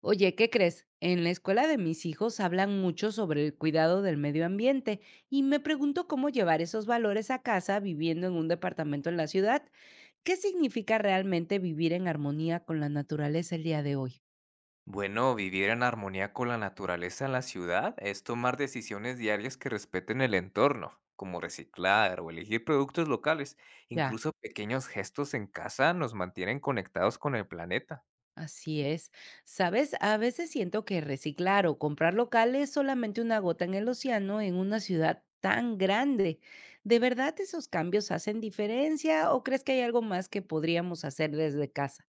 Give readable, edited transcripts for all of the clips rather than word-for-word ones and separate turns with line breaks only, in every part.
Oye, ¿qué crees? En la escuela de mis hijos hablan mucho sobre el cuidado del medio ambiente y me pregunto cómo llevar esos valores a casa viviendo en un departamento en la ciudad. ¿Qué significa realmente vivir en armonía con la naturaleza el día de hoy?
Bueno, vivir en armonía con la naturaleza en la ciudad es tomar decisiones diarias que respeten el entorno, como reciclar o elegir productos locales.
Ya,
Incluso pequeños gestos en casa nos mantienen conectados con el planeta.
así es. Sabes, a veces siento que reciclar o comprar local es solamente una gota en el océano en una ciudad tan grande. ¿De verdad esos cambios hacen diferencia o crees que hay algo más que podríamos hacer desde casa?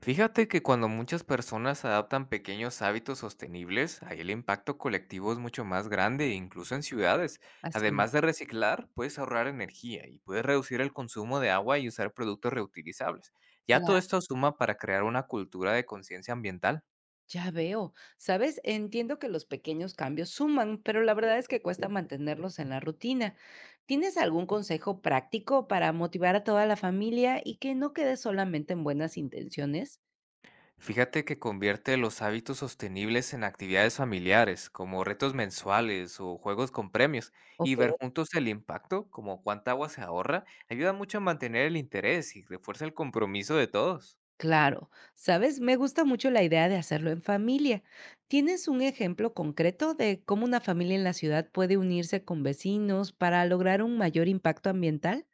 Fíjate que cuando muchas personas adaptan pequeños hábitos sostenibles, ahí el impacto colectivo es mucho más grande, incluso en ciudades.
Así,
Además de reciclar, puedes ahorrar energía y puedes reducir el consumo de agua y usar productos reutilizables. Ya todo
claro.
esto suma para crear una cultura de conciencia ambiental.
Ya veo. Sabes, entiendo que los pequeños cambios suman, pero la verdad es que cuesta mantenerlos en la rutina. ¿Tienes algún consejo práctico para motivar a toda la familia y que no quede solamente en buenas intenciones?
Fíjate que convierte los hábitos sostenibles en actividades familiares, como retos mensuales o juegos con premios, y
Ok.
ver juntos el impacto, como cuánta agua se ahorra, ayuda mucho a mantener el interés y refuerza el compromiso de todos.
Claro, sabes, me gusta mucho la idea de hacerlo en familia. ¿Tienes un ejemplo concreto de cómo una familia en la ciudad puede unirse con vecinos para lograr un mayor impacto ambiental?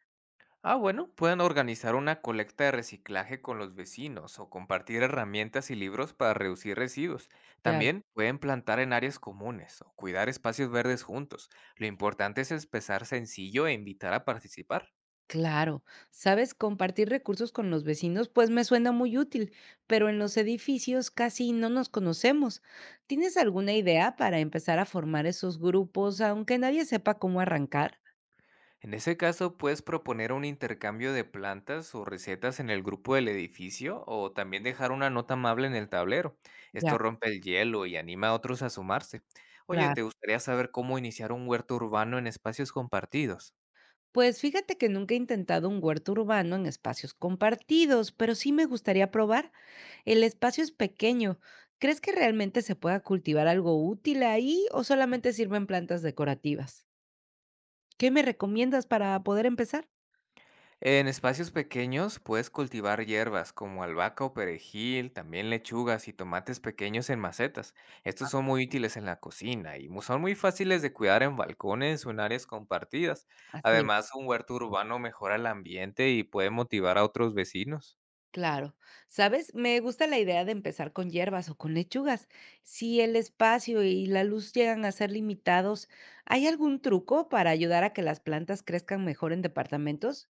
Ah, bueno, pueden organizar una colecta de reciclaje con los vecinos o compartir herramientas y libros para reducir residuos. También pueden plantar en áreas comunes o cuidar espacios verdes juntos. Lo importante es empezar sencillo e invitar a participar.
Claro, sabes, compartir recursos con los vecinos pues me suena muy útil, pero en los edificios casi no nos conocemos. ¿Tienes alguna idea para empezar a formar esos grupos, aunque nadie sepa cómo arrancar?
En ese caso, puedes proponer un intercambio de plantas o recetas en el grupo del edificio o también dejar una nota amable en el tablero.
Ya,
Esto rompe el hielo y anima a otros a sumarse. Oye,
claro.
¿te gustaría saber cómo iniciar un huerto urbano en espacios compartidos?
Pues fíjate que nunca he intentado un huerto urbano en espacios compartidos, pero sí me gustaría probar. El espacio es pequeño. ¿Crees que realmente se pueda cultivar algo útil ahí o solamente sirven plantas decorativas? ¿Qué me recomiendas para poder empezar?
En espacios pequeños puedes cultivar hierbas como albahaca o perejil, también lechugas y tomates pequeños en macetas. Estos son muy útiles en la cocina y son muy fáciles de cuidar en balcones o en áreas compartidas.
Así es.
Además, un huerto urbano mejora el ambiente y puede motivar a otros vecinos.
Claro, ¿sabes? Me gusta la idea de empezar con hierbas o con lechugas. Si el espacio y la luz llegan a ser limitados, ¿hay algún truco para ayudar a que las plantas crezcan mejor en departamentos?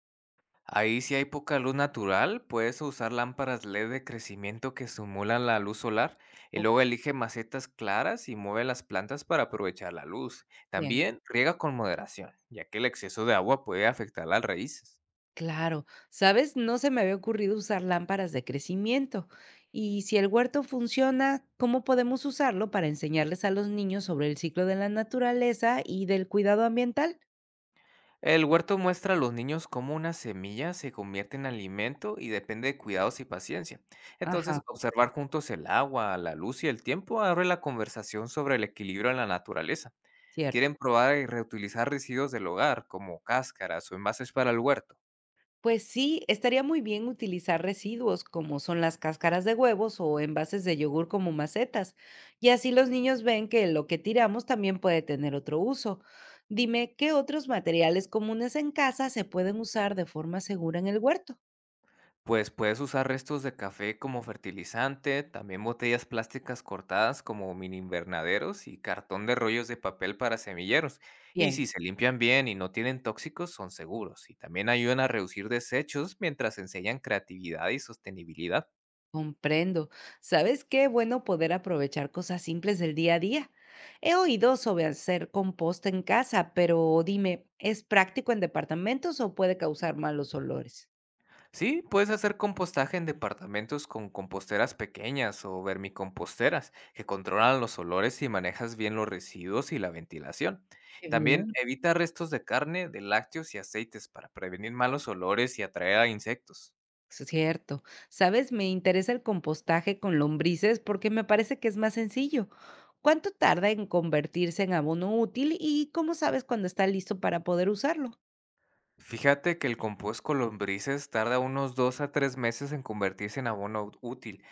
Ahí si hay poca luz natural, puedes usar lámparas LED de crecimiento que simulan la luz solar y
O
luego elige macetas claras y mueve las plantas para aprovechar la luz.
bien,
También riega con moderación, ya que el exceso de agua puede afectar las raíces.
claro, ¿sabes? No se me había ocurrido usar lámparas de crecimiento. Y si el huerto funciona, ¿cómo podemos usarlo para enseñarles a los niños sobre el ciclo de la naturaleza y del cuidado ambiental?
El huerto muestra a los niños cómo una semilla se convierte en alimento y depende de cuidados y paciencia.
Ajá,
Entonces, observar juntos el agua, la luz y el tiempo abre la conversación sobre el equilibrio en la naturaleza.
cierto.
Quieren probar y reutilizar residuos del hogar, como cáscaras o envases para el huerto.
Pues sí, estaría muy bien utilizar residuos como son las cáscaras de huevos o envases de yogur como macetas, y así los niños ven que lo que tiramos también puede tener otro uso. Dime, ¿qué otros materiales comunes en casa se pueden usar de forma segura en el huerto?
Pues puedes usar restos de café como fertilizante, también botellas plásticas cortadas como mini invernaderos y cartón de rollos de papel para semilleros. Y
Bien,
si se limpian bien y no tienen tóxicos, son seguros y también ayudan a reducir desechos mientras enseñan creatividad y sostenibilidad.
comprendo. ¿Sabes qué bueno poder aprovechar cosas simples del día a día? He oído sobre hacer compost en casa, pero dime, ¿es práctico en departamentos o puede causar malos olores?
Sí, puedes hacer compostaje en departamentos con composteras pequeñas o vermicomposteras que controlan los olores y manejas bien los residuos y la ventilación.
Qué
También
bien.
evita restos de carne, de lácteos y aceites para prevenir malos olores y atraer a insectos.
Cierto. ¿Sabes? Me interesa el compostaje con lombrices porque me parece que es más sencillo. ¿Cuánto tarda en convertirse en abono útil y cómo sabes cuando está listo para poder usarlo?
Fíjate que el compost con lombrices tarda unos 2 a 3 meses en convertirse en abono útil.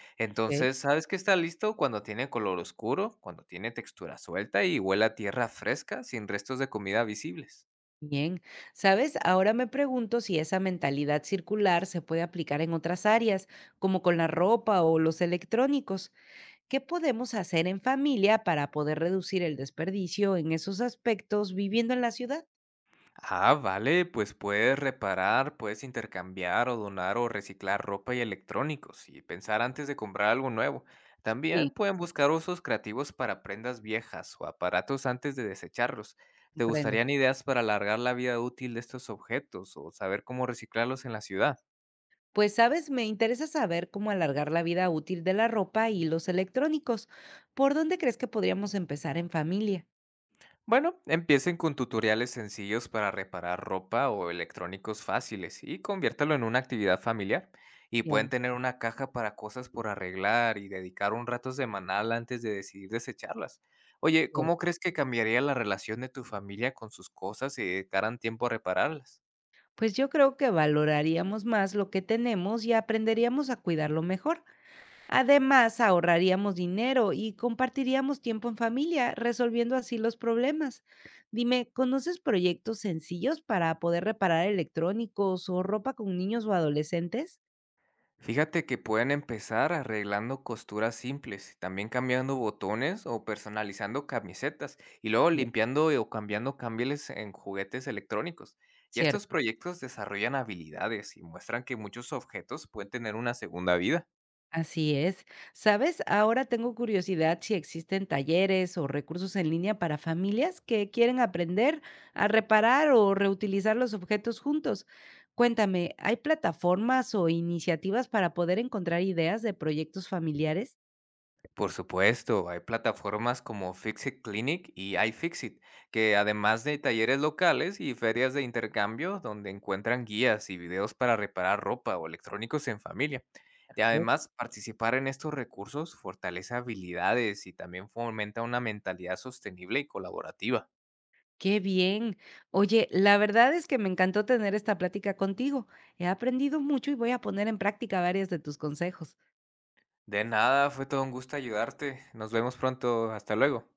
Ok.
Entonces, sabes que está listo cuando tiene color oscuro, cuando tiene textura suelta y huele a tierra fresca sin restos de comida visibles.
Bien, ¿sabes? Ahora me pregunto si esa mentalidad circular se puede aplicar en otras áreas, como con la ropa o los electrónicos. ¿Qué podemos hacer en familia para poder reducir el desperdicio en esos aspectos viviendo en la ciudad?
Ah, vale, pues puedes reparar, puedes intercambiar o donar o reciclar ropa y electrónicos y pensar antes de comprar algo nuevo. También
Sí,
pueden buscar usos creativos para prendas viejas o aparatos antes de desecharlos. ¿Te
comprendo.
gustarían ideas para alargar la vida útil de estos objetos o saber cómo reciclarlos en la ciudad?
Pues sabes, me interesa saber cómo alargar la vida útil de la ropa y los electrónicos. ¿Por dónde crees que podríamos empezar en familia?
Bueno, empiecen con tutoriales sencillos para reparar ropa o electrónicos fáciles y conviértalo en una actividad familiar. Y pueden
Bien,
tener una caja para cosas por arreglar y dedicar un rato semanal antes de decidir desecharlas. Oye, ¿cómo
cierto.
crees que cambiaría la relación de tu familia con sus cosas si dedicaran tiempo a repararlas?
Pues yo creo que valoraríamos más lo que tenemos y aprenderíamos a cuidarlo mejor. Además, ahorraríamos dinero y compartiríamos tiempo en familia, resolviendo así los problemas. Dime, ¿conoces proyectos sencillos para poder reparar electrónicos o ropa con niños o adolescentes?
Fíjate que pueden empezar arreglando costuras simples, también cambiando botones o personalizando camisetas, y luego
Bien,
limpiando o cambiando cambiales en juguetes electrónicos. Ya estos
cierto.
proyectos desarrollan habilidades y muestran que muchos objetos pueden tener una segunda vida.
Así es. ¿Sabes? Ahora tengo curiosidad si existen talleres o recursos en línea para familias que quieren aprender a reparar o reutilizar los objetos juntos. Cuéntame, ¿hay plataformas o iniciativas para poder encontrar ideas de proyectos familiares?
Por supuesto, hay plataformas como Fixit Clinic y iFixit, que además de talleres locales y ferias de intercambio donde encuentran guías y videos para reparar ropa o electrónicos en familia. Y
Ok.
además, participar en estos recursos fortalece habilidades y también fomenta una mentalidad sostenible y colaborativa.
Qué bien. Oye, la verdad es que me encantó tener esta plática contigo. He aprendido mucho y voy a poner en práctica varias de tus consejos.
De nada, fue todo un gusto ayudarte. Nos vemos pronto. Hasta luego.